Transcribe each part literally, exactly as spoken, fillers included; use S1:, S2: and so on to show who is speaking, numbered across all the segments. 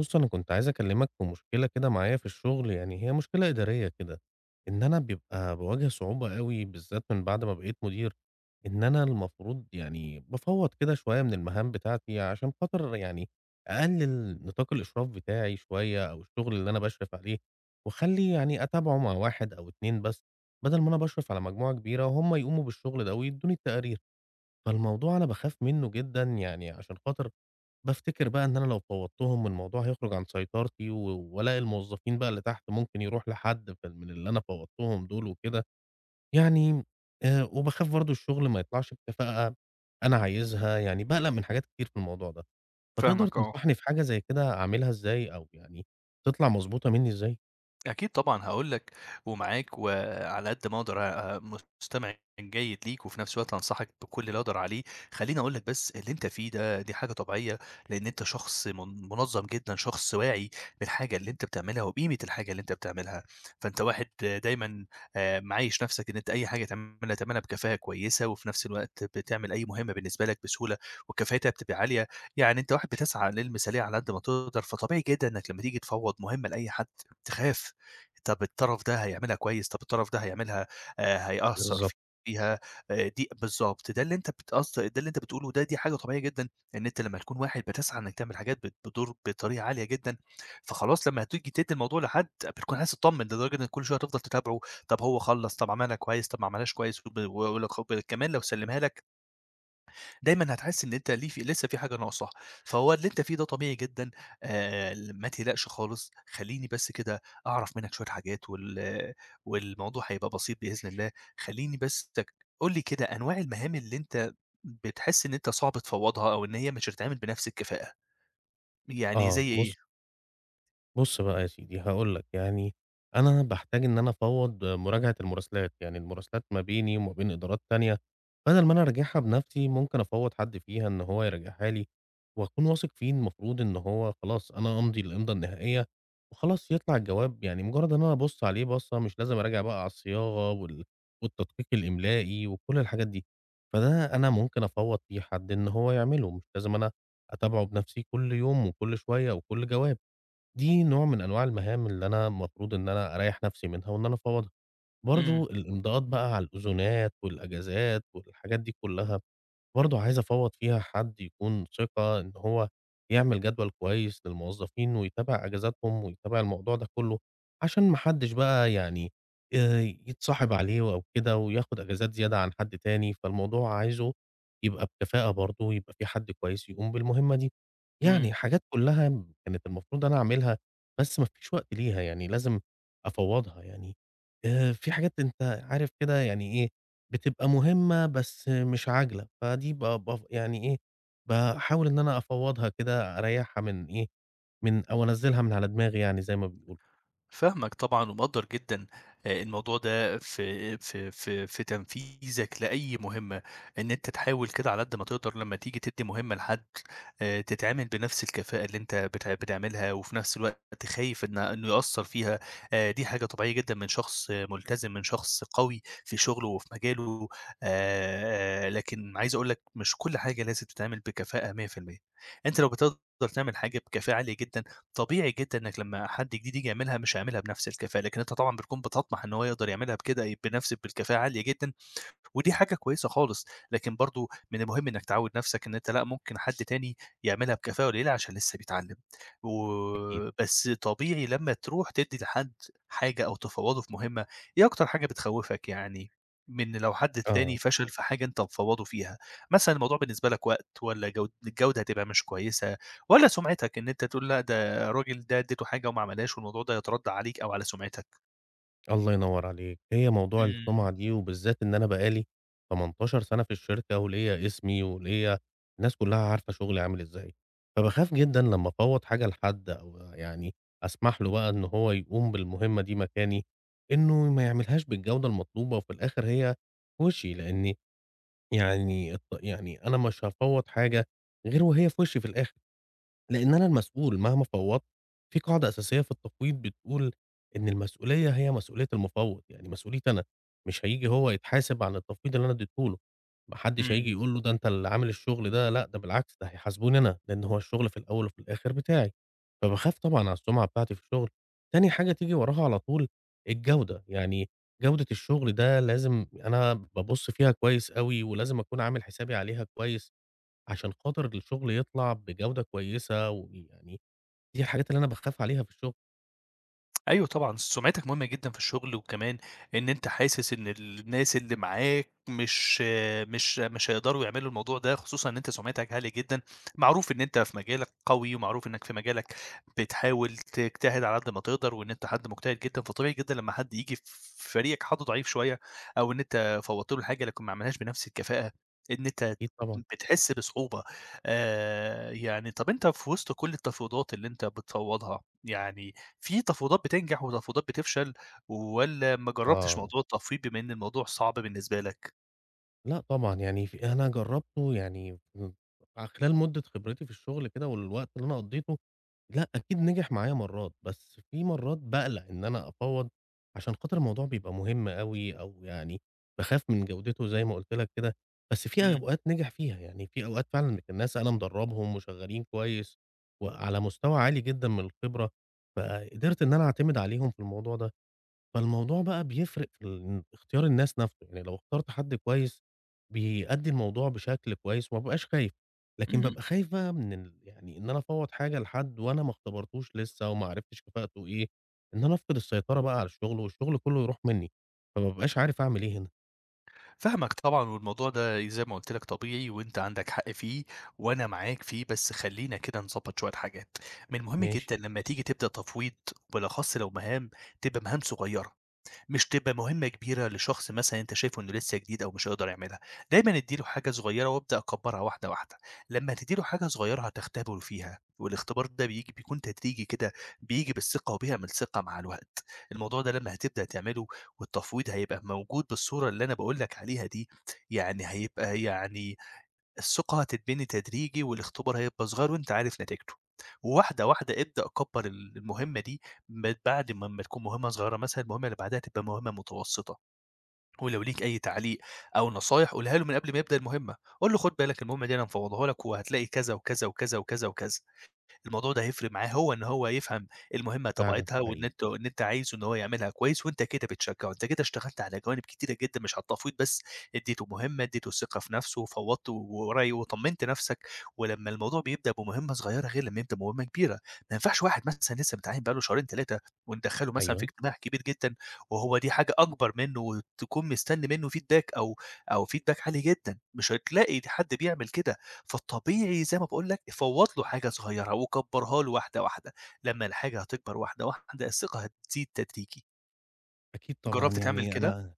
S1: بُص، أنا كنت عايز أكلّمك في مشكلة كده معايا في الشغل، يعني هي مشكلة إدارية كده، إن أنا بيبقى باواجه صعوبة أوي بالذات من بعد ما بقيت مدير. إن أنا المفروض يعني بافوّض كده شوية من المهام بتاعتي عشان خاطر يعني أقلّل نطاق الإشراف بتاعي شوية أو الشغل اللي أنا باشرف عليه، وأخلّي يعني أتابعه مع واحد أو اتنين بس، بدل ما أنا باشرف على مجموعة كبيرة وهُم يقوموا بالشغل ده ويدّوني التقارير. فالموضوع أنا باخاف منّه جدًا يعني عشان خاطر بافتكر بقى إن أنا لو فوّضتهم الموضوع هيخرج عن سيطرتي، و وألاقي الموظفين بقى اللي تحت ممكن يروح لحد في ال من اللي أنا فوّضتهم دول وكده، يعني آآ وباخاف برضه الشغل ما يطلعش بكفاءة أنا عايزها، يعني باقلق من حاجات كتير في الموضوع ده. فتقدر
S2: فاهمك آه.
S1: تنصحني في حاجة زي كده أعملها إزاي أو يعني تطلع مضبوطة منّي إزاي؟
S2: أكيد طبعًا هاقول لك ومعاك، وعلى قد ما أقدر أ مستمع جيد ليك، وفي نفس الوقت هانصحك بكل اللي أقدر عليه. خلّيني أقول لك بس اللي أنت فيه ده دي حاجة طبيعية، لإن أنت شخص من منظم جدًا، شخص واعي بالحاجة اللي أنت بتعملها وبقيمة الحاجة اللي أنت بتعملها. فأنت واحد دايمًا آآ معايش نفسك إن أنت أي حاجة تعملها تعملها بكفاءة كويسة، وفي نفس الوقت بتعمل أي مهمة بالنسبة لك بسهولة، وكفاءتها بتبقى عالية. يعني أنت واحد بتسعى للمثالية على قد ما تقدر، فطبيعي جدًا إنك لما تيجي تفوّض مهمة لأي حد تخاف. طَب الطرف ده هيعملها كويس، طَب الطرف ده هيعملها آآ هيأثّر
S1: بالضبط.
S2: فيها. آآ دي بالضبط، ده اللي أنت بتقص ده اللي أنت بتقوله ده دي حاجة طبيعية جدًا، إن أنت لمّا تكون واحد بتسعى إنك تعمل حاجات بت بتدور بطريقة عالية جدًا، فخلاص لمّا هتيجي تدّي الموضوع لحد بتكون عايز تطمّن، لدرجة إنك كل شوية هتفضل تتابعه، طَب هو خلّص، طَب عملها كويس، طَب ما عملهاش كويس، وب ولو خ كمان لو سلِّمها لك دايمًا هتحس إن أنت ليه في لسه في حاجة ناقصة، فهو اللي أنت فيه ده طبيعي جدًا. آآ، ما تقلقش خالص، خلّيني بس كده أعرف منك شوية حاجات وال والموضوع هيبقى بسيط بإذن الله، خلّيني بس تك قُل لي كده أنواع المهام اللي أنت بتحس إن أنت صعب تفوّضها أو إن هي مش هتتعمل بنفس الكفاءة، يعني
S1: آه،
S2: زي إيه؟
S1: بُص بُص بقى يا سيدي، هاقول لك، يعني أنا باحتاج إن أنا أفوّض مراجعة المراسلات، يعني المراسلات ما بيني وما بين إدارات تانية، بدل ما أنا أراجعها بنفسي ممكن أفوّض حد فيها إن هو يراجعها لي، وأكون واثق فيه المفروض إن هو خلاص أنا أمضي الإمضا النهائية وخلاص يطلع الجواب، يعني مجرد إن أنا أبُص عليه بصّة مش لازم أراجع بقى على الصياغة وال والتدقيق الإملائي وكل الحاجات دي، فده أنا ممكن أفوّض فيه حد إن هو يعمله، مش لازم أنا أتابعه بنفسي كل يوم وكل شوية وكل جواب. دي نوع من أنواع المهام اللي أنا المفروض إن أنا أريّح نفسي منها وإن أنا أفوّضها.
S2: إمم،
S1: برضه الإمضاءات بقى على الأذونات والأجازات والحاجات دي كلّها، برضه عايز أفوّض فيها حد يكون ثقة إن هو يعمل جدول كويس للموظفين ويتابع أجازاتهم ويتابع الموضوع ده كلّه، عشان ما حدّش بقى يعني آآ يتصاحب عليه أو كده وياخد أجازات زيادة عن حد تاني، فالموضوع عايزه يبقى بكفاءة برضه، يبقى في حد كويس يقوم بالمهمة دي.
S2: إمم.
S1: يعني حاجات كلّها كانت المفروض أنا أعملها، بس ما فيش وقت ليها، يعني لازم أفوّضها يعني. آآ في حاجات أنت عارف كده يعني إيه، بتبقى مهمة بس مش عاجلة، فدي ب باف يعني إيه، باحاول إن أنا أفوّضها كده أريّحها من إيه، من أو أنزّلها من على دماغي يعني زي ما بيقولوا.
S2: فاهمك طبعًا ومقدّر جدًا. آآ، الموضوع ده في في في في تنفيذك لأي مهمة، إن أنت تحاول كده على قد ما تقدر لمّا تيجي تدّي مهمة لحد آآ تتعمل بنفس الكفاءة اللي أنت بت بتعملها، وفي نفس الوقت خايف إن إنه يأثّر فيها. آآ دي حاجة طبيعية جدًا من شخص آه، ملتزم، من شخص قوي في شغله وفي مجاله. آآ لكن عايز أقول لك مش كل حاجة لازم تتعمل بكفاءة مية بالمية. أنت لو بتقدر تعمل حاجة بكفاءة عالية جدًا، طبيعي جدًا إنك لمّا حد جديد ييجي يعملها مش هيعملها بنفس الكفاءة، لكن أنت طبعًا بتكون بتطمح إن هو يقدر يعملها بكده بنفس بالكفاءة عالية جدًا، ودي حاجة كويسة خالص، لكن برضه من المهم إنك تعوّد نَفْسك إن أنت لأ، ممكن حد تاني يعملها بكفاءة قليلة عشان لسه بيتعلّم،
S1: أكيد.
S2: وبس طبيعي لمّا تروح تدّي لحد حاجة أو تفوّضه في مهمة، إيه أكتر حاجة بتخوّفك يعني من لو حد تاني
S1: آه.
S2: فشل في حاجة أنت مفوّضه فيها؟ مثلًا الموضوع بالنسبة لك وقت والّا جود الجودة هتبقى مش كويسة والّا سُمعتك إن أنت تقول لأ، ده الراجل ده ادّيته حاجة وما عملهاش والموضوع ده يترد عليك أو على سُمعتك؟
S1: الله ينور عليك، هي موضوع
S2: إمم،
S1: السُمعة دي وبالذات إن أنا بقى لي تمنتاشر سَنة في الشركة وليّا اسمي وليّا الناس كلّها عارفة شُغلي عامل إزاي، فباخاف جدًا لمّا أفوّض حاجة لحد أو يعني أسمح له بقى إن هو يقوم بالمهمة دي مكاني، إنه ما يعملهاش بالجودة المطلوبة وفي الآخِر هي في وشّي، لإني يعني الط يعني أنا مش هافوّض حاجة غير وهي في وشّي في الآخِر. لإن أنا المسؤول مهما فوّضت، في قاعدة أساسية في التفويض بتقول إن المسؤولية هي مسؤولية المفوّض، يعني مسؤوليتي أنا، مش هييجي هو يتحاسب عن التفويض اللي أنا اديته له، ما حدش
S2: إمم.
S1: هييجي يقول له ده أنت اللي عامل الشغل ده، لأ ده بالعكس ده هيحاسبوني أنا، لإن هو الشغل في الأول وفي الآخر بتاعي، فباخاف طبعًا على السُمعة بتاعتي في الشغل. تاني حاجة تيجي وراها على طول الجودة، يعني جودة الشغل ده لازم أنا بابُص فيها كويس أوي، ولازم أكون عامل حسابي عليها كويس، عشان خاطر الشغل يطلع بجودة كويسة، ويعني دي الحاجات اللي أنا باخاف عليها في الشغل.
S2: أيوه طبعًا، سُمعتك مهمة جدًا في الشغل، وكمان إن أنت حاسس إن الناس اللي معاك مش مش مش هيقدروا يعملوا الموضوع ده، خصوصًا إن أنت سُمعتك عالية جدًا، معروف إن أنت في مجالك قوي، ومعروف إنك في مجالك بتحاول تجتهد على قد ما تقدر، وإن أنت حد مجتهد جدًا، فطبيعي جدًا لمّا حد ييجي في فريقك حد ضعيف شوية، أو إن أنت فوّضت له حاجة لكن ما عملهاش بنفس الكفاءة، إن أنت
S1: أكيد طبعًا.
S2: بتحس بصعوبة. آآ يعني طَب أنت في وسط كل التفاوضات اللي أنت بتفوّضها، يعني في تفاوضات بتنجح وتفاوضات بتفشل، والّا ما جرّبتش
S1: آه.
S2: موضوع التفويض بما إن الموضوع صعب بالنسبة لك؟
S1: لأ طبعًا، يعني ف أنا جرّبته يعني م خلال مدة خبرتي في الشغل كده والوقت اللي أنا قضّيته، لأ أكيد نجح معايا مرّات، بس في مرّات باقلق إن أنا أفوّض عشان خاطر الموضوع بيبقى مهم أوي أو يعني باخاف من جودته زي ما قُلت لك كده، بس في
S2: إمم،
S1: أوقات نجح فيها، يعني في أوقات فعلًا الناس أنا مدرّبهم وشغّالين كويس وعلى مستوى عالي جدًا من الخبرة، فقدرت إن أنا أعتمد عليهم في الموضوع ده. فالموضوع بقى بيفرق في ال اختيار الناس نَفْسه، يعني لو اخترت حد كويس بيأدّي الموضوع بشكل كويس وما بابقاش خايف، لكن
S2: إمم.
S1: بابقى خايف بقى من ال يعني إن أنا أفوّض حاجة لحد وأنا ما اختبرتوش لسه وما عرفتش كفاءته إيه، إن أنا أفقد السيطرة بقى على الشغل والشغل كُلّه يروح منّي، فما بابقاش عارف أعمل إيه هنا.
S2: فاهمك طبعًا، والموضوع ده زي ما قُلت لك طبيعي وأنت عندك حق فيه، وأنا معاك فيه، بس خلّينا كده نضبّط شوية حاجات. من المهم
S1: ماشي.
S2: جدًا لمّا تيجي تبدأ تفويض، وبالأخص لو مهام، تبقى مهام صغيّرة. مش تبقى مهمة كبيرة لشخص مثلًا أنت شايفه إنه لسه جديد أو مش هيقدر يعملها، دايمًا ادّي له حاجة صغيرة وابدأ أكبّرها واحدة، واحدة. لمّا تدّي له حاجة صغيرة هتختبره فيها، والاختبار ده بييجي بيكون تدريجي كده، بييجي بالثقة وبيعمل ثقة مع الوقت. الموضوع ده لمّا هتبدأ تعمله والتفويض هيبقى موجود بالصورة اللي أنا باقول لك عليها دي، يعني هيبقى يعني الثقة هتتبني تدريجي والاختبار هيبقى صغير وأنت عارف نتيجته. واحدة، واحدة ابدأ كبّر ال المهمة دي ب بعد ما أمّا تكون مهمة صغيرة مثلًا، المهمة اللي بعدها تبقى مهمة متوسطة. ولو ليك أي تعليق أو نصايح قولها له من قبل ما يبدأ المهمة. قُل له خُد بالك المهمة دي أنا مفوّضاها لك وهتلاقي كذا، وكذا، وكذا، وكذا، وكذا. الموضوع ده هيفرق معاه هو إن هو يفهم المهمة
S1: فعلًا
S2: طبيعتها وإن
S1: حقيقي.
S2: أنت وإن أنت عايزه إن هو يعملها كويس وأنت كده بتشجّعه، أنت كده اشتغلت على جوانب كتيرة جدًا مش على التفويض بس، ادّيته مهمة، ادّيته الثقة في نفسه وفوّضته وري وطمّنت نفسك، ولمّا الموضوع بيبدأ بمهمة صغيرة غير لمّا يبدأ بمهمة كبيرة، ما ينفعش واحد مثلًا لسه متعيّن بقى له شهرين تلاتة وندخّله مثلًا في
S1: أيوه.
S2: اجتماع كبير جدًا وهو دي حاجة أكبر منّه وتكون مستني منّه feedback أو أو feedback عالي جدًا، مش هتلاقي د حد بيعمل كده. فالطبيعي زي ما باقول لك فوّض له حاجة صغيّرة وكبّرها له واحدة، واحدة. لمّا الحاجة هتكبر واحدة، واحدة الثقة هتزيد تدريجي.
S1: أكيد طبعًا،
S2: جرّبت تعمل
S1: يعني
S2: كده؟
S1: أنا.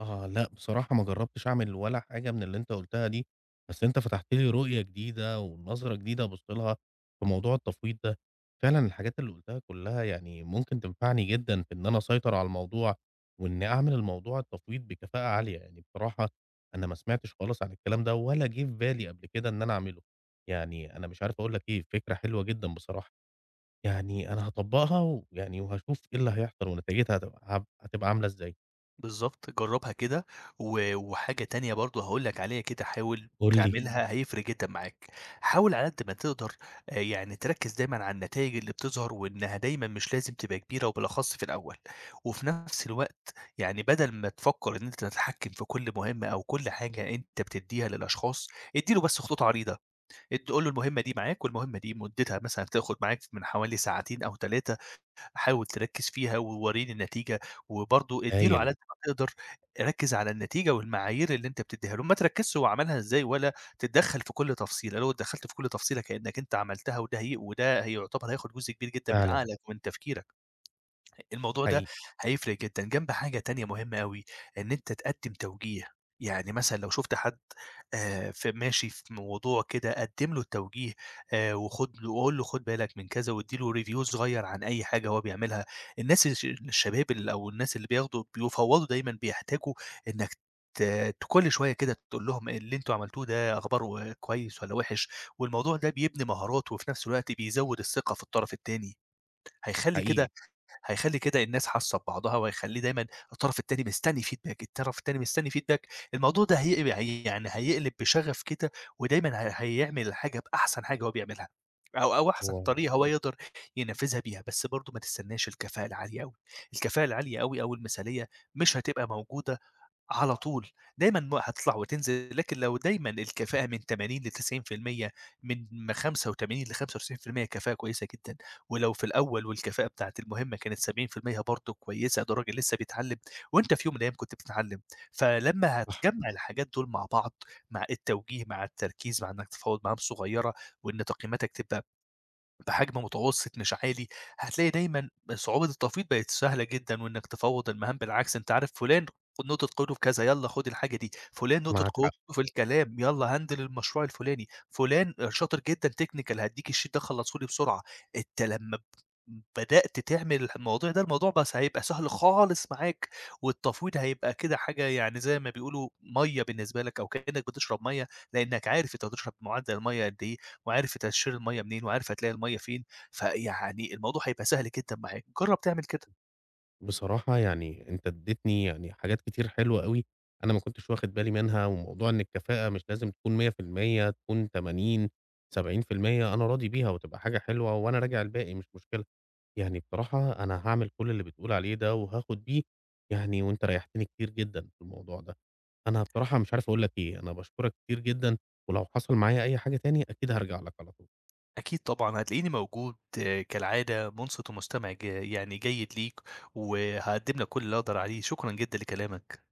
S1: آه. لأ، بصراحة ما جرّبتش أعمل ولا حاجة من اللي أنت قُلتها دي، بس أنت فتحت لي رؤية جديدة ونظرة جديدة أبُص لها في موضوع التفويض ده، فعلًا الحاجات اللي قُلتها كلّها يعني ممكن تنفعني جدًا في إن أنا أسيطر على الموضوع، وإني أعمل الموضوع التفويض بكفاءة عالية، يعني بصراحة أنا ما سمعتش خالص عن الكلام ده ولا جِه في بالي قبل كده إن أنا أعمله، يعني أنا مش عارف أقول لك إيه، فكرة حلوة جدًا بصراحة، يعني أنا هاطبّقها ويعني وهاشوف إيه اللي هيحصل ونتيجتها هتبقى هب هتبقى عاملة إزاي.
S2: بالضبط، جرّبها كده و وحاجة تانية برضه هاقول لك عليها كده حاول إمم.
S1: قُل لي.
S2: تعملها هيفرق جدًا معاك. حاول على قد ما تقدر آآ يعني تركّز دايمًا على النتايج اللي بتظهر وإنها دايمًا مش لازم تبقى كبيرة وبالأخص في الأول، وفي نفس الوقت يعني بدل ما تفكّر إن أنت تتحكّم في كل مهمة أو كل حاجة أنت بتدّيها للأشخاص، ادّي له بس خطوط عريضة. أنت قُل له المهمة دي معاك، والمهمة دي مُدّتها مثلًا هتاخد معاك من حوالي ساعتين أو تلاتة، حاول تركّز فيها وورّيني النتيجة، وبرضه ادّي له
S1: هايل.
S2: على قد ما تقدر ركّز على النتيجة والمعايير اللي أنت بتدّيها له، ما تركّزش هو عملها إزاي ولا تتدخّل في كل تفصيلة، لو اتدخّلت في كل تفصيلة كإنّك أنت عملتها وده هي وده هيعتبر هياخد جزء كبير جدًا من
S1: فعلًا،
S2: عقلك ومن تفكيرك. الموضوع ده
S1: حقيقي،
S2: هيفرق جدًا، جنب حاجة تانية مهمة أوي، إن أنت تقدّم توجيه، يعني مثلًا لو شُفت حد آآ ف ماشي في موضوع كده قدّم له التوجيه آآ وخُد له وقُل له خُد بالك من كذا وادّي له review صغير عن أي حاجة هو بيعملها. الناس الش الشباب ال أو الناس اللي بياخدوا بيفوّضوا دايمًا بيحتاجوا إنك ت ت كل شوية كده تقول لهم اللي أنتم عملتوه ده أخباره كويس والّا وِحِش، والموضوع ده بيبني مهارات وفي نفس الوقت بيزوّد الثقة في الطرف التاني، هيخلّي
S1: حقيقي
S2: كده هيخلّي كده الناس حاسّة ببعضها، وهيخلّي دايمًا الطرف التاني مستنّي feedback، الطرف التاني مستنّي feedback، الموضوع ده هي هي يعني هيقلب بشغف كده، ودايمًا ه هيعمل الحاجة بأحسن حاجة هو بيعملها، أو أو أحسن
S1: هو
S2: طريقة هو يقدر ينفّذها بيها، بس برضه ما تستناش الكفاءة العالية أوي، الكفاءة العالية أوي أو المثالية مش هتبقى موجودة على طول، دايمًا م هتطلع وتنزل، لكن لو دايمًا الكفاءة من تمانين لتسعين بالمية من خمسة وتمانين لخمسة وتسعين بالمية كفاءة كويسة جدًا، ولو في الأول والكفاءة بتاعة المهمة كانت سبعين بالمية برضه كويسة، ده راجل لسه بيتعلم وأنت في يوم من الأيام كنت بتتعلم، فلمّا هتجمّع الحاجات دول مع بعض، مع التوجيه، مع التركيز، مع إنك تفاوض معاهم صغيرة، وإن تقييماتك تبقى بحجم متوسط مش عالي، هتلاقي دايمًا صعوبة التفويض بقت سهلة جدًا وإنك تفوّض المهام، بالعكس أنت عارف فلان نقطة قوته في كذا، يالّا خُد الحاجة دي، فلان نقطة
S1: معاك حق.
S2: قوته في الكلام، يالّا هندِل المشروع الفلاني، فلان شاطر جدًا technical هادّيك الsheet ده خلّصه لي بسرعة، أنت لمّا ب بدأت تعمل الموضوع ده، الموضوع بس هيبقى سهل خالص معاك، والتفويض هيبقى كده حاجة يعني زي ما بيقولوا مَيّة بالنسبة لك أو كإنك بتشرب مَيّة، لإنك عارف أنت بتشرب معدل المَيّة قد إيه، وعارف تقشير المَيّة منين، وعارف هتلاقي المَيّة فين، فيعني الموضوع هيبقى سهل جدًا معاك، جرّب تعمل كده.
S1: بصراحة يعني أنت ادّيتني يعني حاجات كتير حلوة أوي، أنا ما كنتش واخد بالي منها، وموضوع إن الكفاءة مش لازم تكون مية في المية، تكون تمانين، سبعين في المية أنا راضي بيها وتبقى حاجة حلوة وأنا راجع الباقي مش مشكلة. يعني بصراحة أنا هاعمل كل اللي بتقول عليه ده وهاخد بيه يعني، وأنت ريّحتني كتير جدًا في الموضوع ده. أنا بصراحة مش عارف أقول لك إيه، أنا باشكرك كتير جدًا، ولو حصل معايا أي حاجة تاني أكيد هارجع لك على طول.
S2: أكيد طبعًا هتلاقيني موجود آه، كالعادة مُنصِت ومستمع ج يعني جيد ليك، وهاقدّم لك كل اللي أقدر عليه، شكرًا جدًا لكلامك.